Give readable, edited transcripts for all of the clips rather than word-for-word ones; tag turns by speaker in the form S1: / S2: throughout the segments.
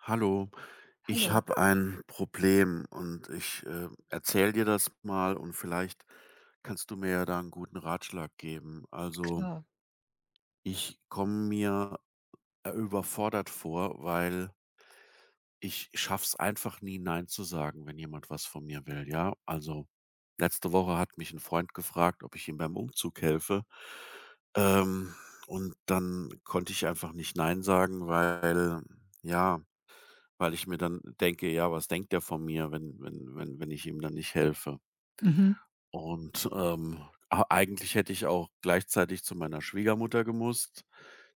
S1: Hallo, ich
S2: Hallo,
S1: habe ein Problem und ich erzähle dir das mal und vielleicht kannst du mir ja da einen guten Ratschlag geben. Also
S2: klar.
S1: ich komme mir überfordert vor, weil ich schaff's einfach nie, Nein zu sagen, wenn jemand was von mir will. Ja, also letzte Woche hat mich ein Freund gefragt, ob ich ihm beim Umzug helfe. Ähm, und dann konnte ich einfach nicht Nein sagen, weil ja, weil ich mir dann denke: „Ja, was denkt der von mir, wenn ich ihm dann nicht helfe?“
S2: Mhm,
S1: Und, a eigentlich hätte ich auch gleichzeitig zu meiner Schwiegermutter gemusst,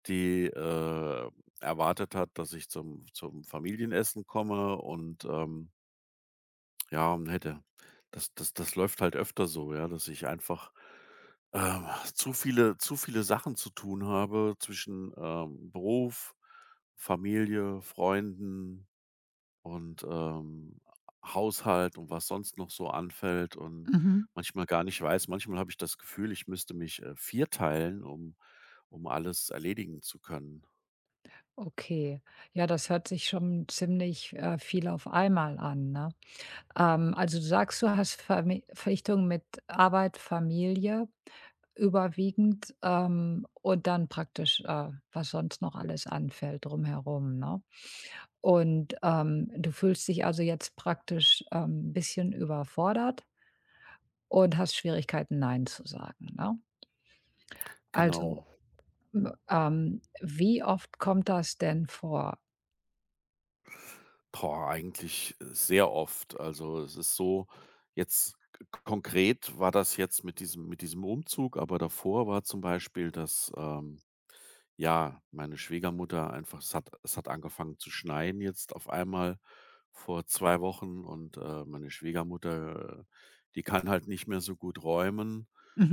S1: die, erwartet hat, dass ich zum Familienessen komme und, ja, und hätte das läuft halt öfter so, ja, dass ich einfach, ähm, zu viele Sachen zu tun habe zwischen, Beruf, Familie, Freunden und, Haushalt und was sonst noch so anfällt und
S2: mhm.
S1: manchmal gar nicht weiß manchmal habe ich das Gefühl, ich müsste mich, vierteilen, um alles erledigen zu können.
S2: Okay. Ja, das hört sich schon ziemlich, viel auf einmal an, ne? Also, du sagst, du hast Vermi Verpflichtungen mit Arbeit, Familie überwiegend, und dann praktisch, was sonst noch alles anfällt drumherum, ne? Und, du fühlst dich also jetzt praktisch, ein bisschen überfordert und hast Schwierigkeiten, „Nein“ zu sagen, ne? Also,
S1: Genau.
S2: m wie oft kommt das denn vor?
S1: Boah, eigentlich sehr oft. Also, es ist so jetzt k konkret war das jetzt mit diesem Umzug, aber davor war zum Beispiel, dass, ja, meine Schwiegermutter einfach es hat angefangen zu schneien jetzt auf einmal vor 2 Wochen und, meine Schwiegermutter, die kann halt nicht mehr so gut räumen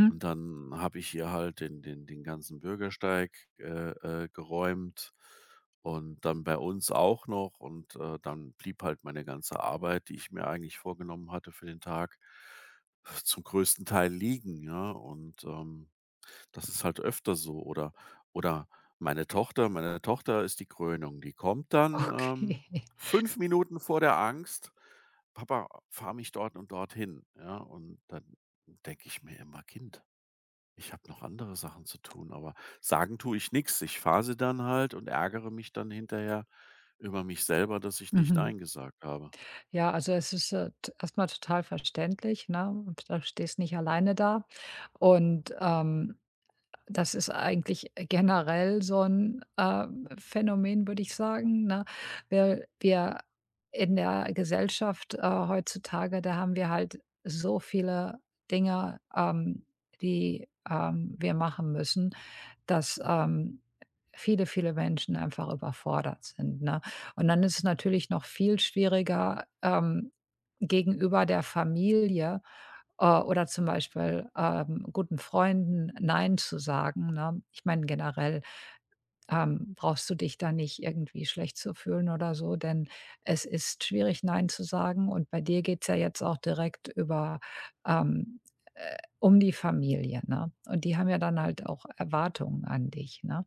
S1: und dann habe ich ihr halt den ganzen Bürgersteig, äh, geräumt und dann bei uns auch noch und, dann blieb halt meine ganze Arbeit, die ich mir eigentlich vorgenommen hatte für den Tag, zum größten Teil liegen, ja, und, das ist halt öfter so oder meine Tochter ist die Krönung. Die kommt dann,
S2: Okay.
S1: 5 Minuten vor der Angst: „Papa, fahr mich dort und dorthin“, ja? Und dann denke ich mir immer: „Kind, ich habe noch andere Sachen zu tun“, aber sagen tue ich nix. Ich fahre sie dann halt und ärgere mich dann hinterher über mich selber, dass ich nicht
S2: Mhm.
S1: nein gesagt habe.
S2: Ja, also es ist erstmal total verständlich, ne? Und da stehst nicht alleine da. Und das ist eigentlich generell so ein Phänomen, würde ich sagen. Ne? Wir in der Gesellschaft heutzutage, da haben wir halt so viele Dinge, die wir machen müssen, dass, viele, viele Menschen einfach überfordert sind, ne? Und dann ist es natürlich noch viel schwieriger, gegenüber der Familie, oder zum Beispiel, guten Freunden nein zu sagen, ne? Ich meine generell brauchst du dich da nicht irgendwie schlecht zu fühlen oder so, denn es ist schwierig, nein zu sagen. Und bei dir geht's ja jetzt auch direkt über ähm, um die Familie, ne? Und die haben ja dann halt auch Erwartungen an dich, ne?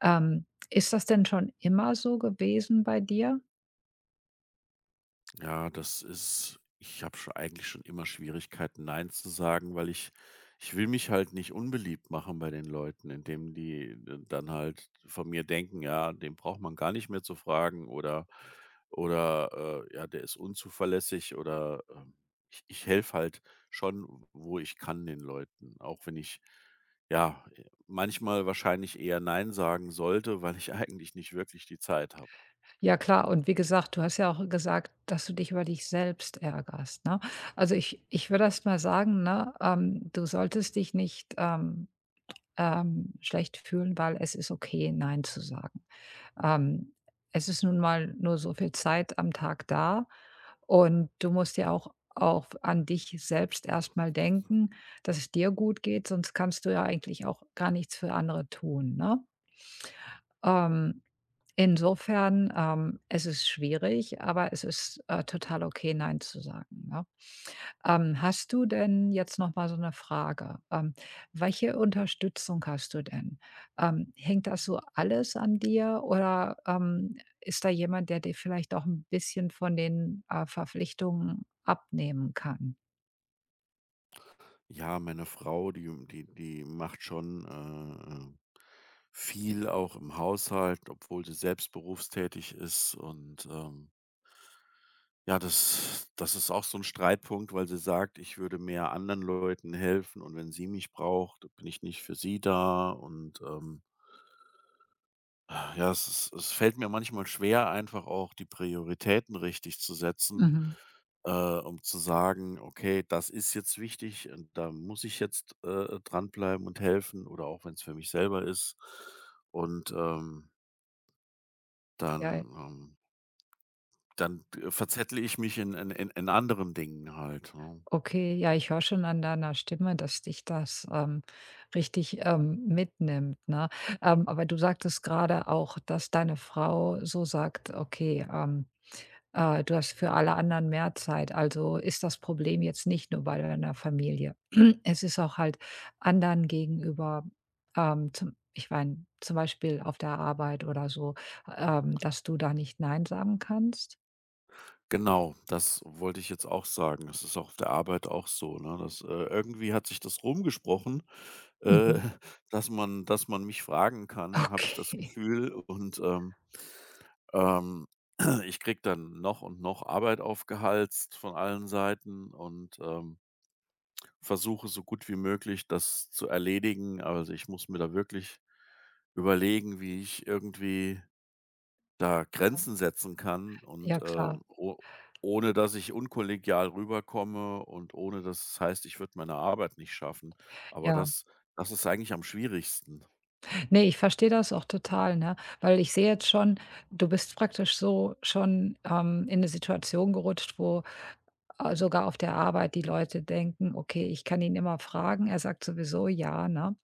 S2: Ist das denn schon immer so gewesen bei dir?
S1: Ja, das ist ich habe schon immer Schwierigkeiten, nein zu sagen, weil ich will mich halt nicht unbeliebt machen bei den Leuten, indem die, dann halt von mir denken: „Ja, den braucht man gar nicht mehr zu fragen“ oder, „Ja, der ist unzuverlässig“ oder, ich helfe halt schon, wo ich kann den Leuten, auch wenn ich, ja, manchmal wahrscheinlich eher nein sagen sollte, weil ich eigentlich nicht wirklich die Zeit habe.
S2: Ja, klar. Und wie gesagt, du hast ja auch gesagt, dass du dich über dich selbst ärgerst, ne? Also ich würde erst mal sagen, ne, du solltest dich nicht, schlecht fühlen, weil es ist okay, nein zu sagen. Ähm, Es ist nun mal nur so viel Zeit am Tag da und du musst ja auch an dich selbst erst mal denken, dass es dir gut geht, sonst kannst du ja eigentlich auch gar nichts für andere tun, ne? Ähm, Insofern, es ist schwierig, aber es ist, total okay, nein zu sagen, ne? Hast du denn jetzt noch mal so eine Frage, welche Unterstützung hast du denn? Hängt das so alles an dir oder, ist da jemand, der dir vielleicht auch ein bisschen von den, Verpflichtungen abnehmen kann?
S1: Ja, meine Frau, die die macht schon, viel auch im Haushalt, obwohl sie selbst berufstätig ist und, ja, das ist auch so ein Streitpunkt, weil sie sagt: „Ich würde mehr anderen Leuten helfen und wenn sie mich braucht, bin ich nicht für sie da“ und, ah, ja, es fällt mir manchmal schwer, einfach auch die Prioritäten richtig zu setzen,
S2: Mhm.
S1: um zu sagen: „Okay, das ist jetzt wichtig und da muss ich jetzt, dranbleiben und helfen“, oder auch wenn es für mich selber ist. Und,
S2: Ja,
S1: dann ähm, dann, verzettle ich mich in anderen Dingen halt, ne?
S2: okay. Ja, ich höre schon an deiner Stimme, dass dich das, richtig, mitnimmt, ne? Aber du sagtest gerade auch, dass deine Frau so sagt: „Okay, ähm“. Du hast für alle anderen mehr Zeit. Also ist das Problem jetzt nicht nur bei deiner Familie. Es ist auch halt anderen gegenüber, zum ich meine, zum Beispiel auf der Arbeit oder so, dass du da nicht nein sagen kannst?
S1: Genau, das wollte ich jetzt auch sagen. Das ist auch auf der Arbeit auch so, ne? Das, irgendwie hat sich das rumgesprochen, äh,
S2: Mhm.
S1: dass man mich fragen kann, habe ich das
S2: Okay.
S1: Gefühl und, ähm, ich kriege dann noch und noch Arbeit aufgehalst von allen Seiten und, versuche so gut wie möglich das zu erledigen. Also, ich muss mir da wirklich überlegen, wie ich irgendwie da Grenzen setzen kann und,
S2: Ja klar,
S1: o ohne dass ich unkollegial rüberkomme und ohne dass es heißt, ich würde meine Arbeit nicht schaffen. Aber
S2: ja.
S1: das ist eigentlich am schwierigsten.
S2: Ne, ich verstehe das auch total, ne? Weil ich sehe jetzt schon, du bist praktisch so schon, in 'ne Situation gerutscht, wo Ah, sogar auf der Arbeit die Leute denken: „Okay, ich kann ihn immer fragen, er sagt sowieso ja“, ne?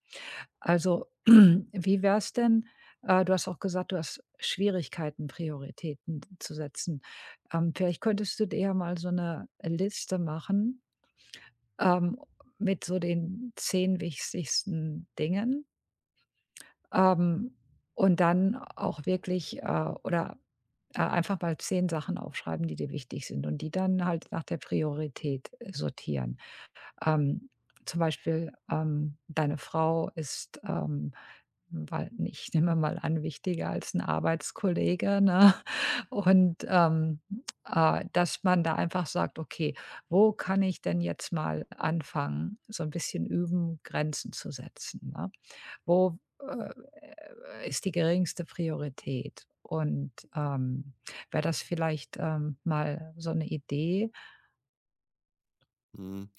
S2: Also, wie wär's denn du hast auch gesagt, du hast Schwierigkeiten, Prioritäten zu setzen. Vielleicht könntest du dir ja mal so eine Liste machen, ähm, mit so den 10 wichtigsten Dingen, ähm, und dann auch wirklich, oder, einfach mal 10 Sachen aufschreiben, die dir wichtig sind und die dann halt nach der Priorität sortieren. Ähm, Zum Beispiel, deine Frau ist, weil ich nehme mal an, wichtiger als ein Arbeitskollege, ne? Und, dass man da einfach sagt: „Okay, wo kann ich denn jetzt mal anfangen, so ein bisschen üben, Grenzen zu setzen, ne? Wo, ist die geringste Priorität?“ Und, wäre das vielleicht, mal so eine Idee?
S1: Mhm.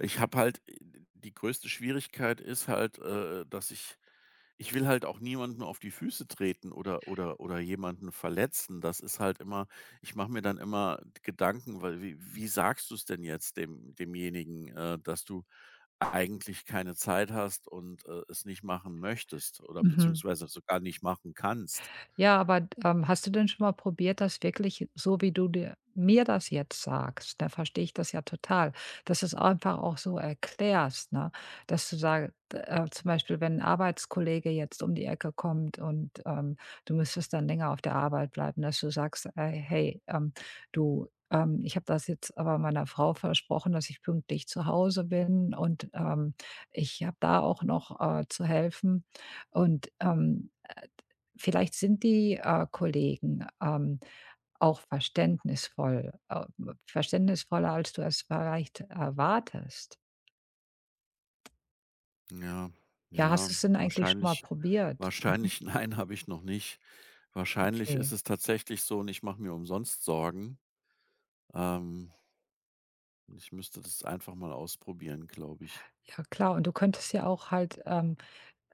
S1: Ich habe halt die größte Schwierigkeit ist halt, dass ich will halt auch niemanden auf die Füße treten oder jemanden verletzen. Das ist halt immer ich mache mir dann immer Gedanken, weil wie sagst du's denn jetzt dem demjenigen, dass du eigentlich keine Zeit hast und, es nicht machen möchtest oder
S2: Mhm.
S1: beziehungsweise sogar nicht machen kannst?
S2: Ja, aber, hast du denn schon mal probiert, das wirklich so, wie du dir mir das jetzt sagst? Da verstehe ich das ja total, dass du's einfach auch so erklärst, ne? Dass du sagst, zum Beispiel, wenn ein Arbeitskollege jetzt um die Ecke kommt und, du müsstest dann länger auf der Arbeit bleiben, dass du sagst: Hey, du, ich habe das jetzt aber meiner Frau versprochen, dass ich pünktlich zu Hause bin und, ich habe da auch noch, zu helfen und, Vielleicht sind die, Kollegen, auch verständnisvoll, verständnisvoller, als du es vielleicht erwartest.
S1: Ja,
S2: Ja, hast du
S1: ja,
S2: es denn eigentlich schon mal
S1: wahrscheinlich
S2: probiert?
S1: wahrscheinlich nein, habe ich noch nicht. Wahrscheinlich ist
S2: Okay.
S1: es tatsächlich so und ich mache mir umsonst Sorgen. Ähm, Ich müsste das einfach mal ausprobieren, glaube ich.
S2: Ja klar, und du könntest ja auch halt, ähm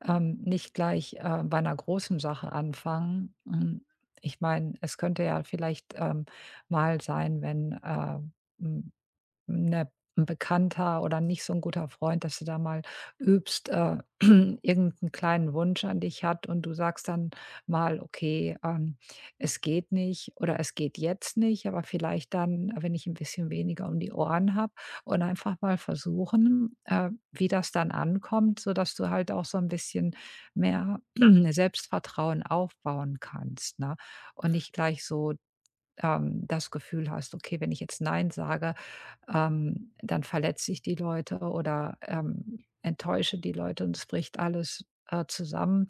S2: ähm, nicht gleich, bei einer großen Sache anfangen. Hm, ich meine, es könnte ja vielleicht, mal sein, wenn, hm 'ne 'n Bekannter oder nicht so ein guter Freund, dass du da mal übst, irgend kleinen Wunsch an dich hat und du sagst dann mal: „Okay, es geht nicht oder es geht jetzt nicht, aber vielleicht dann, wenn ich ein bisschen weniger um die Ohren habe“, und einfach mal versuchen, wie das dann ankommt, sodass du halt auch so ein bisschen mehr Selbstvertrauen aufbauen kannst, ne? Und nicht gleich so, das Gefühl hast: „Okay, wenn ich jetzt nein sage, dann verletze ich die Leute oder, enttäusche die Leute und es bricht alles, zusammen.“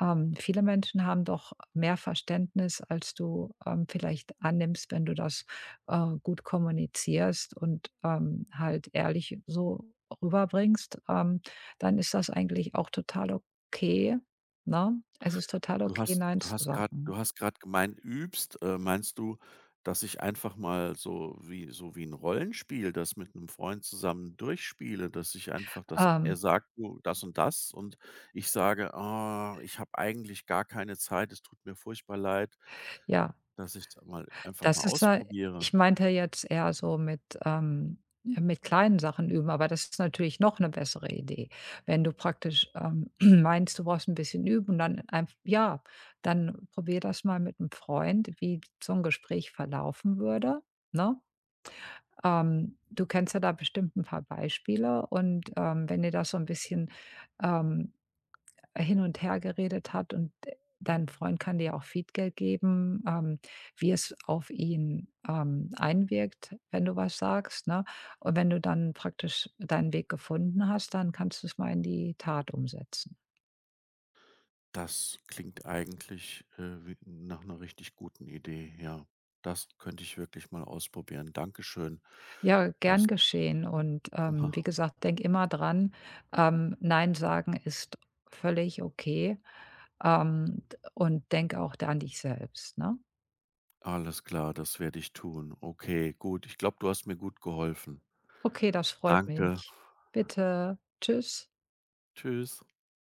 S2: Viele Menschen haben doch mehr Verständnis, als du, vielleicht annimmst, wenn du das, gut kommunizierst und, halt ehrlich so rüberbringst, dann ist das eigentlich auch total okay, ne? Es ist total okay, nein zu sagen.
S1: Du hast gerade gemeint, übst. Meinst du, dass ich einfach mal so wie ein Rollenspiel, das mit einem Freund zusammen durchspiele, dass ich einfach dass
S2: Ähm,
S1: er sagt: „Du, das und das“ und ich sage: „Ah, ich habe eigentlich gar keine Zeit. Es tut mir furchtbar leid“,
S2: ja.
S1: dass ich's mal einfach mal
S2: Das ist ja
S1: ausprobiere?
S2: ich meinte ja jetzt eher so mit, ja, mit kleinen Sachen üben, aber das ist natürlich noch eine bessere Idee. Wenn du praktisch, meinst, du brauchst ein bisschen üben, dann einf ja, dann probier das mal mit einem Freund, wie so ein Gespräch verlaufen würde, ne? Du kennst ja da bestimmt ein paar Beispiele und, wenn dir das so ein bisschen, ähm hin und her geredet hat und dein Freund kann dir auch Feedback geben, wie es auf ihn, einwirkt, wenn du was sagst, ne? Und wenn du dann praktisch deinen Weg gefunden hast, dann kannst du es mal in die Tat umsetzen.
S1: Das klingt eigentlich, wie nach einer richtig guten Idee, ja. Das könnte ich wirklich mal ausprobieren. Dankeschön.
S2: Ja, gern
S1: Das
S2: geschehen und, wie gesagt, denk immer dran, nein sagen ist völlig okay, d und denk auch da an dich selbst, ne?
S1: alles klar, das werde ich tun. Okay, gut. Ich glaube, du hast mir gut geholfen.
S2: Okay, das freut
S1: Danke.
S2: mich. Bitte. Tschüss.
S1: Tschüss.